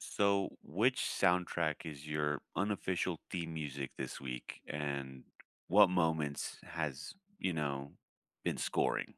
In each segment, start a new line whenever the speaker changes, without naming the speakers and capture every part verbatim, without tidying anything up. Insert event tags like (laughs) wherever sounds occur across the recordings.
So, which soundtrack is your unofficial theme music this week, and what moments has you know been scoring?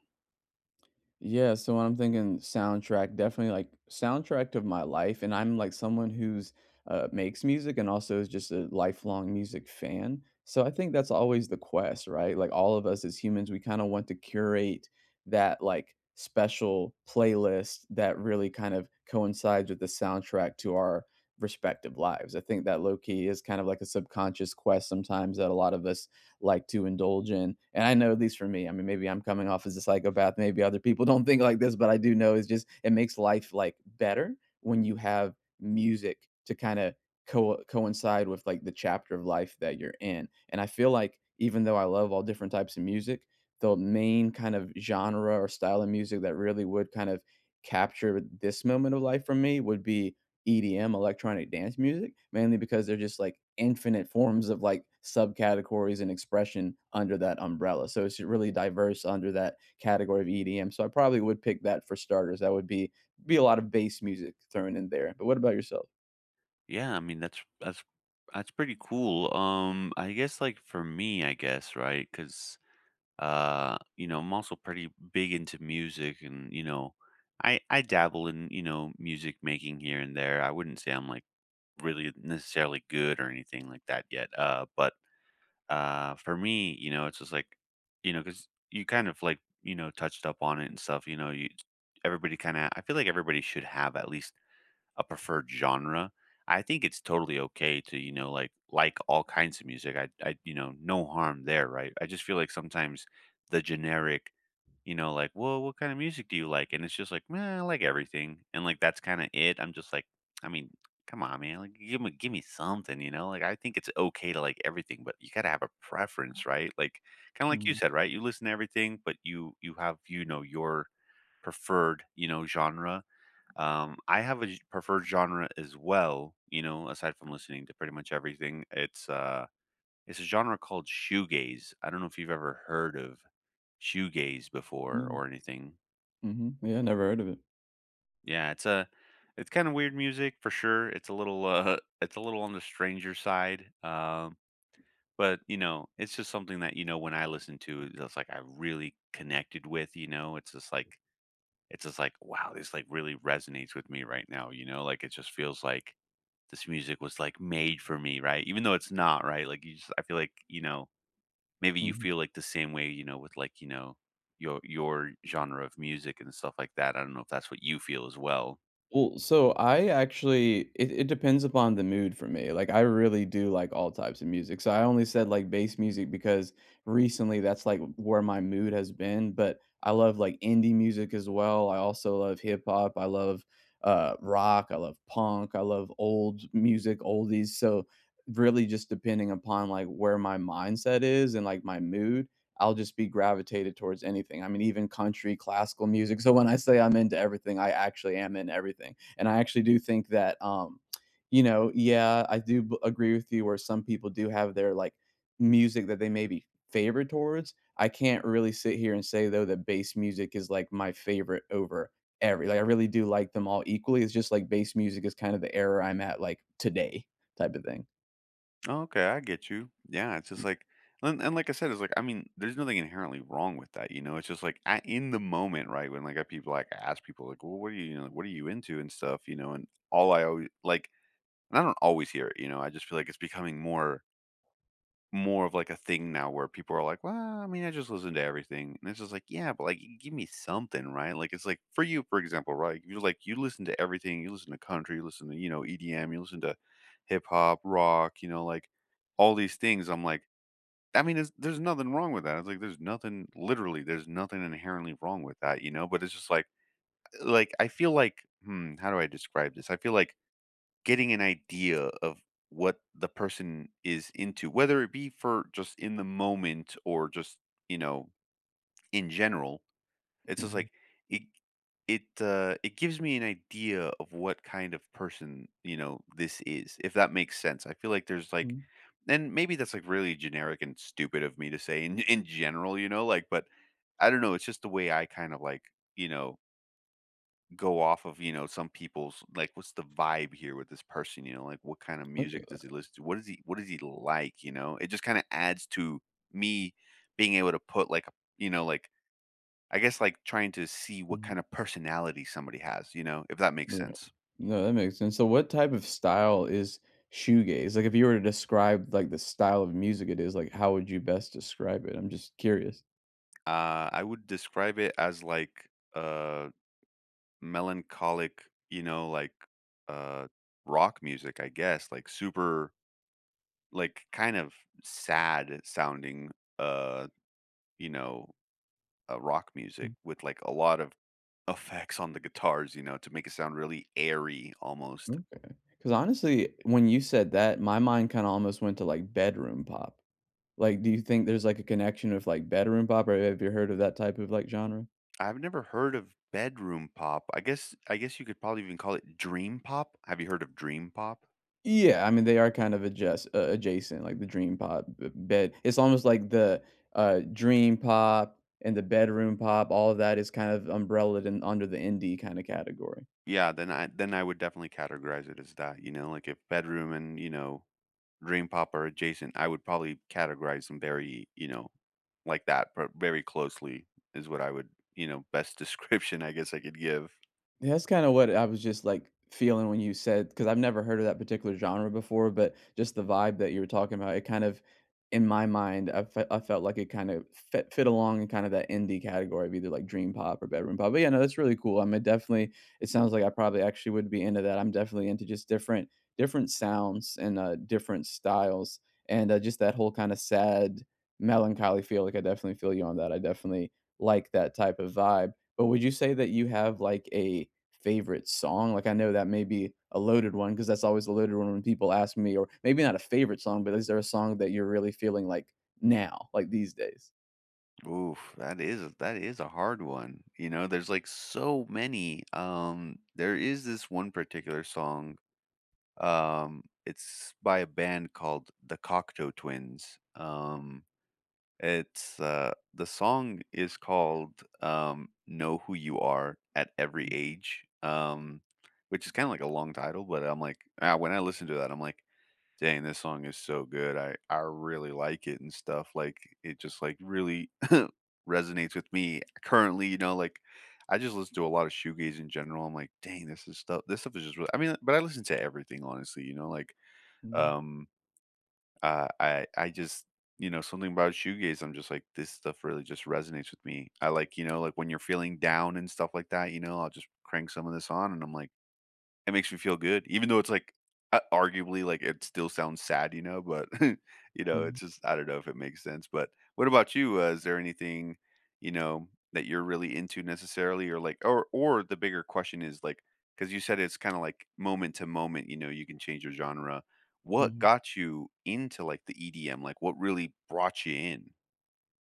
Yeah, so when I'm thinking soundtrack, definitely like soundtrack of my life. And I'm like someone who's uh, makes music and also is just a lifelong music fan. So I think that's always the quest, right? Like all of us as humans, we kind of want to curate that like special playlist that really kind of coincides with the soundtrack to our respective lives. I think that low key is kind of like a subconscious quest sometimes that a lot of us like to indulge in. And I know at least for me, I mean, maybe I'm coming off as a psychopath. Maybe other people (laughs) don't think like this, but I do know it's just it makes life like better when you have music to kind of co- coincide with like the chapter of life that you're in. And I feel like even though I love all different types of music, the main kind of genre or style of music that really would kind of capture this moment of life for me would be E D M, electronic dance music, mainly because they're just like infinite forms of like subcategories and expression under that umbrella. So it's really diverse under that category of E D M. So I probably would pick that for starters. That would be be a lot of bass music thrown in there. But what about yourself?
Yeah, I mean that's that's that's pretty cool. Um, I guess like for me, I guess right because uh you know I'm also pretty big into music, and you know I I dabble in you know music making here and there. I wouldn't say I'm like really necessarily good or anything like that yet. Uh, but Uh, for me, you know, it's just like, you know, because you kind of like, you know, touched up on it and stuff, you know, you everybody kinda I feel like everybody should have at least a preferred genre. I think it's totally okay to, you know, like like all kinds of music. I I you know, no harm there, right? I just feel like sometimes the generic you know, like, "Well, what kind of music do you like?" And it's just like, "Man, I like everything." And, like, that's kinda it. I'm just like, I mean, come on, man. Like, give me give me something, you know? Like, I think it's okay to like everything, but you gotta have a preference, right? Like, kinda like you
Mhm.
said, right? You listen to everything, but you you have, you know, your preferred, you know, genre. Um, I have a j preferred genre as well, you know, aside from listening to pretty much everything. It's, uh it's a genre called shoegaze. I don't know if you've ever heard of shoegaze before
Mm.
or anything.
Mhm. Yeah, never heard of it.
Yeah, it's a it's kind of weird music for sure. It's a little uh (laughs) it's a little on the stranger side. Um but you know, it's just something that you know when I listen to it, it's like I really connected with, you know. It's just like it's just like wow, this like really resonates with me right now, you know? Like it just feels like this music was like made for me, right? Even though it's not, right? Like you just I feel like, you know, maybe you
Mhm.
feel like the same way, you know, with like, you know, your your genre of music and stuff like that. I don't know if that's what you feel as well.
Well, so I actually it, it depends upon the mood for me. Like I really do like all types of music. So I only said like bass music because recently that's like where my mood has been, but I love like indie music as well. I also love hip hop. I love uh rock, I love punk, I love old music, oldies. So really just depending upon like where my mindset is and like my mood, I'll just be gravitated towards anything. I mean, even country, classical music. So when I say I'm into everything, I actually am in everything. And I actually do think that, um, you know, yeah, I do b- agree with you where some people do have their like music that they may be favored towards. I can't really sit here and say though that bass music is like my favorite over every. Like I really do like them all equally. It's just like bass music is kind of the era I'm at like today type of thing.
Oh, okay, I get you. Yeah, it's just like, and, and like I said, it's like I mean, there's nothing inherently wrong with that, you know. It's just like I, in the moment, right? When like I people like ask people like, well, what are you, you know, what are you into and stuff, you know, and all I always like, and I don't always hear it, you know. I just feel like it's becoming more more of like a thing now where people are like, "Well, I mean, I just listen to everything." And it's just like, "Yeah, but like, give me something, right?" Like, it's like for you, for example, right? You're like, you listen to everything. You listen to country. You listen to you know E D M. You listen to hip hop, rock. You know, like all these things. I'm like, I mean, there's, there's nothing wrong with that. It's like there's nothing literally. There's nothing inherently wrong with that, you know. But it's just like, like I feel like, hmm, how do I describe this? I feel like getting an idea of what the person is into, whether it be for just in the moment or just, you know, in general. It's just
Mhm.
like it it uh it gives me an idea of what kind of person, you know, this is, if that makes sense. I feel like there's like
Mhm.
And maybe that's like really generic and stupid of me to say in (laughs) in general, you know, like but I don't know, it's just the way I kind of like, you know, go off of, you know, some people's like what's the vibe here with this person, you know, like what kind of
Okay.
music does he listen to? What is he what is he like, you know? It just kind of adds to me being able to put like, you know, like I guess like trying to see what
Mhm.
kind of personality somebody has, you know, if that makes sense.
No, that makes sense. So what type of style is shoegaze? Like if you were to describe like the style of music it is, like how would you best describe it? I'm just curious.
Uh I would describe it as like uh melancholic, you know, like uh rock music, I guess, like super like kind of sad sounding uh you know uh, rock music with like a lot of effects on the guitars, you know, to make it sound really airy almost.
Mm, okay. Cuz honestly, when you said that, my mind kind of almost went to like bedroom pop. Like do you think there's like a connection with like bedroom pop or have you heard of that type of like genre?
I've never heard of bedroom pop. I guess I guess you could probably even call it dream pop. Have you heard of dream pop?
Yeah, I mean, they are kind of adjust uh, adjacent, like the dream pop b- bed. It's almost like the uh, dream pop and the bedroom pop. All of that is kind of umbrellaed in under the indie kind of category.
Yeah, then I then I would definitely categorize it as that, you know, like if bedroom and, you know, dream pop are adjacent, I would probably categorize them very, you know, like that, but very closely is what I would, you know, best (laughs) description I guess I could give.
Yeah, that's kinda what I was just, like, feeling when you said because 'cause I've never heard of that particular genre before, but just the vibe that you were talking about, it kind of in my mind, I fe I felt like it kind of fit fit along in kind of that indie category of either, like, dream pop or bedroom pop, but yeah, no, that's really cool. I mean, definitely it sounds like I probably actually would be into that. I'm definitely into just different different sounds and, uh, different styles, and, uh, just that whole kinda sad, melancholy feel, like, I definitely feel you on that. I definitely like that type of vibe, but would you say that you have, like, a favorite song? Like, I know that may be a loaded one because that's always a loaded one when people ask me, or maybe not a favorite song, but is there a song that you're really feeling like now, like these days?
Oof, that is that is a hard one. You know, there's like so many. Um, there is this one particular song. Um, it's by a band called the Cocteau Twins. Um, it's uh, The song is called um, "Know Who You Are at Every Age," um, which is kind of like a long title, but I'm like, ah, when I listen to that, I'm like, dang, this song is so good. I I really like it and stuff. Like it just like really (laughs) resonates with me currently, you know, like I just listen to a lot of shoegaze in general. I'm like, dang, this is stuff this stuff is just really I mean, but I listen to everything honestly, you know, like
Mhm,
um uh, I I just you know, something about shoegaze, I'm just like this stuff really just resonates with me. I like, you know, like when you're feeling down and stuff like that, you know, I'll just crank some of this on and I'm like it makes me feel good, even though it's, like, uh, arguably, like, it still sounds sad, you know, but, (laughs) you know,
mhm,
it's just I don't know if it makes sense, but what about you? Uh, is there anything, you know, that you're really into necessarily or, like or or the bigger question is, like, because you said it's kinda, like, moment to moment, you know, you can change your genre. What
mhm.
got you into, like, the E D M? Like, what really brought you in?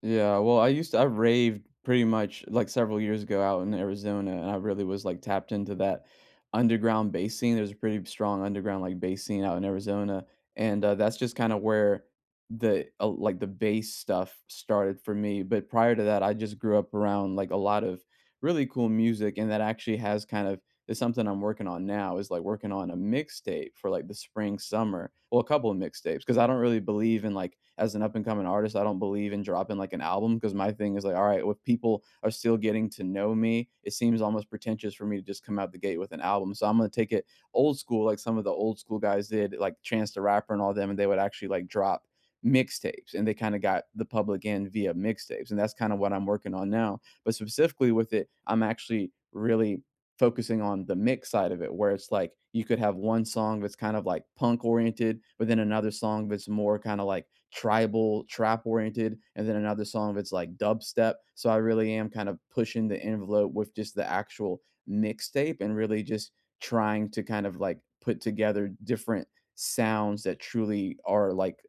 Yeah, well, I used to I raved pretty much, like, several years ago out in Arizona, and I really was, like, tapped into that underground bass scene. There's a pretty strong underground, like, bass scene out in Arizona, and, uh, that's just kinda where the uh, like, the bass stuff started for me, but prior to that, I just grew up around, like, a lot of really cool music, and that actually has kind of is something I'm working on now is like working on a mixtape for like the spring summer. Well, a couple of mixtapes because I don't really believe in like as an up and coming artist, I don't believe in dropping like an album because my thing is like, all right, if people are still getting to know me, it seems almost pretentious for me to just come out the gate with an album. So I'm gonna take it old school, like some of the old school guys did, like Chance the Rapper and all them, and they would actually like drop mixtapes and they kind of got the public in via mixtapes, and that's kind of what I'm working on now. But specifically with it, I'm actually really focusing on the mix side of it, where it's like you could have one song that's kind of like punk oriented, but then another song that's more kind of like tribal trap oriented, and then another song that's like dubstep. So I really am kind of pushing the envelope with just the actual mixtape, and really just trying to kind of like put together different sounds that truly are like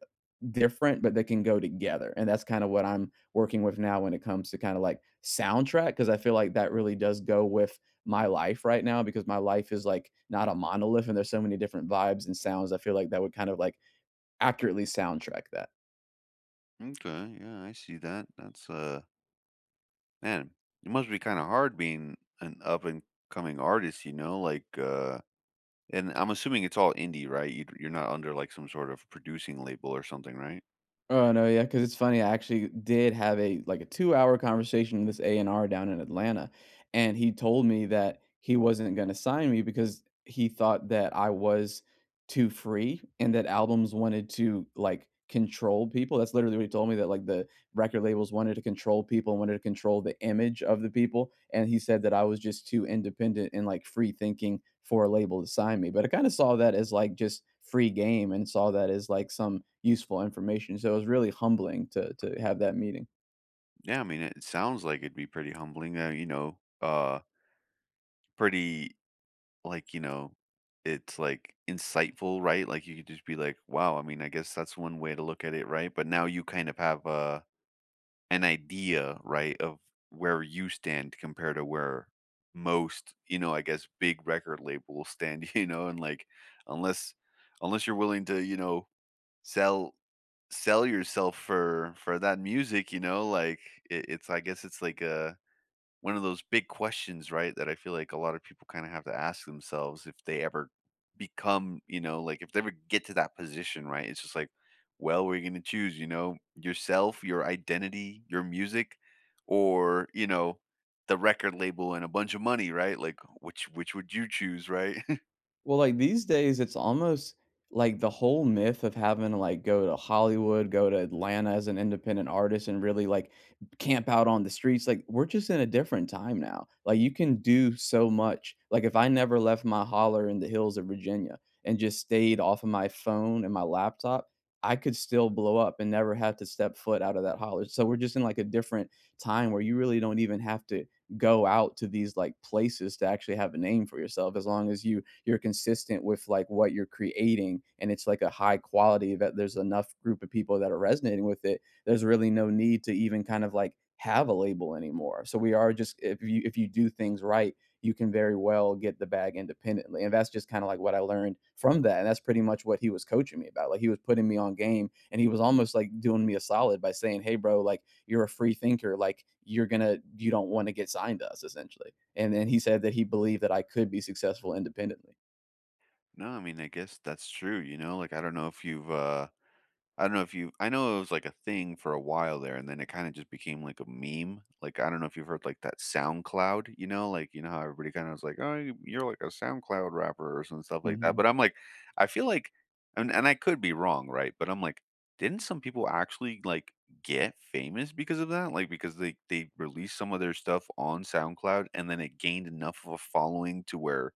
different, but they can go together. And that's kind of what I'm working with now when it comes to kind of like soundtrack, because I feel like that really does go with my life right now, because my life is like not a monolith and there's so many different vibes and sounds. I feel like that would kind of like accurately soundtrack that.
Okay, yeah, I see that. That's, uh man, it must be kinda hard being an up and coming artist, you know, like, uh and I'm assuming it's all indie, right? You you're not under, like, some sort of producing label or something, right?
Oh, no, yeah, because it's funny, I actually did have a like, a two-hour conversation with this A and R down in Atlanta, and he told me that he wasn't gonna sign me because he thought that I was too free and that albums wanted to, like, control people, that's literally what he told me, that, like, the record labels wanted to control people and wanted to control the image of the people. And he said that I was just too independent and like free thinking for a label to sign me. But I kind of saw that as like just free game and saw that as like some useful information. So it was really humbling to to have that meeting.
Yeah, I mean, it sounds like it'd be pretty humbling, uh, you know, uh, pretty, like, you know, it's, like, insightful, right? Like, you could just be like, "Wow," I mean, I guess that's one way to look at it, right? But now you kind of have, uh, an idea, right, of where you stand compared to where most, you know, I guess, big record labels stand, (laughs) you know? And, like, unless unless you're willing to, you know, sell sell yourself for for that music, you know, like it, it's I guess it's like a one of those big questions, right? That I feel like a lot of people kind of have to ask themselves if they ever become, you know, like if they ever get to that position, right? It's just like, well, we're gonna choose, you know, yourself, your identity, your music, or you know, the record label and a bunch of money, right? Like which which would you choose, right? (laughs)
Well, like, these days, it's almost like the whole myth of having to, like, go to Hollywood, go to Atlanta as an independent artist, and really, like, camp out on the streets, like, we're just in a different time now. Like, you can do so much. Like, if I never left my holler in the hills of Virginia and just stayed off of my phone and my laptop, I could still blow up and never have to step foot out of that holler. So we're just in, like, a different time where you really don't even have to go out to these, like, places to actually have a name for yourself, as long as you you're consistent with like what you're creating and it's like a high quality that there's enough group of people that are resonating with it. There's really no need to even kind of like have a label anymore. So we are just if you if you do things right, you can very well get the bag independently. And that's just kind of like what I learned from that. And that's pretty much what he was coaching me about. Like he was putting me on game, and he was almost like doing me a solid by saying, hey, bro, like you're a free thinker. Like you're going to, you don't want to get signed to us essentially. And then he said that he believed that I could be successful independently.
No, I mean, I guess that's true, you know. Like I don't know if you've uh I don't know if you I know it was like a thing for a while there, and then it kinda just became like a meme. Like, I don't know if you've heard like that SoundCloud, you know, like, you know how everybody kinda was like, "Oh, you you're like a SoundCloud rapper," or some stuff like that,
Mhm.
but I'm like, I feel like and and I could be wrong, right? But I'm like, didn't some people actually like get famous because of that? Like, because they they released some of their stuff on SoundCloud and then it gained enough of a following to where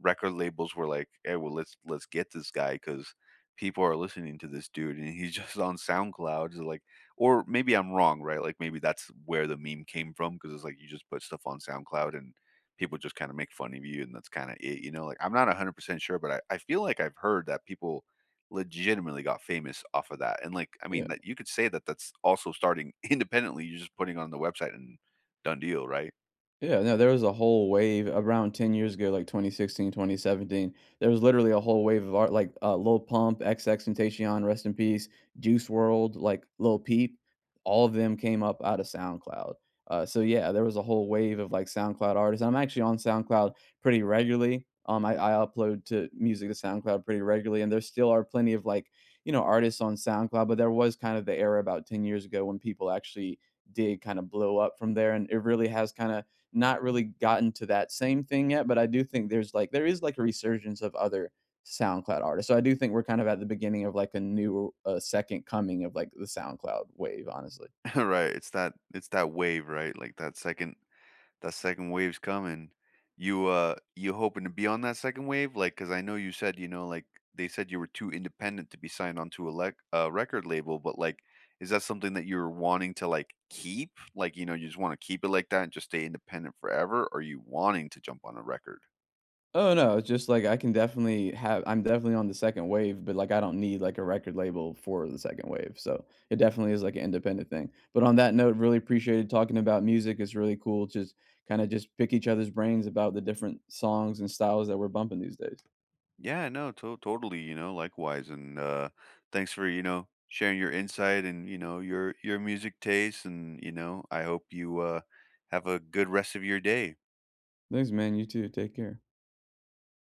record labels were like, "Hey, well, let's let's get this guy because people are listening to this dude, and he's (laughs) just on SoundCloud." It's like, or maybe I'm wrong, right? Like maybe that's where the meme came from because it's like you just put stuff on SoundCloud and people just kind of make fun of you, and that's kind of it, you know? Like I'm not one hundred percent sure, but I, I feel like I've heard that people legitimately got famous off of that, and like I
You
mean that
Yeah.
you could say that that's also starting (laughs) independently. You're just putting on the website and done deal, right?
Yeah, no, there was a whole wave around ten years ago, like twenty sixteen, twenty seventeen. There was literally a whole wave of art, like uh, Lil Pump, XXXTentacion, rest in peace, Juice World, like Lil Peep. All of them came up out of SoundCloud. Uh, so yeah, there was a whole wave of like SoundCloud artists. I'm actually on SoundCloud pretty regularly. Um, I, I upload to music to SoundCloud pretty regularly, and there still are plenty of like you know artists on SoundCloud. But there was kind of the era about ten years ago when people actually did kind of blow up from there, and it really has kind of not really gotten to that same thing yet, but I do think there's like there is like a resurgence of other SoundCloud artists. So I do think we're kind of at the beginning of like a new uh, second coming of like the SoundCloud wave, honestly.
(laughs) Right. It's that it's that wave, right? Like that second that second wave's coming. You, uh, you hoping to be on that second wave? Like, cause I know you said, you know, like, they said you were too independent to be signed onto a lec a record label, but, like, is that something that you're wanting to, like, keep? Like, you know, you just wanna keep it like that and just stay independent forever, or are you wanting to jump on a record?
Oh no, it's just like I can definitely have I'm definitely on the second wave, but like I don't need like a record label for the second wave. So it definitely is like an independent thing. But on that note, really appreciated talking about music. It's really cool just kind of just pick each other's brains about the different songs and styles that we're bumping these days.
Yeah, no, to totally, you know, likewise, and, uh, thanks for, you know, sharing your insight and, you know, your your music taste, and, you know, I hope you, uh, have a good rest of your day.
Thanks man, you too. Take care.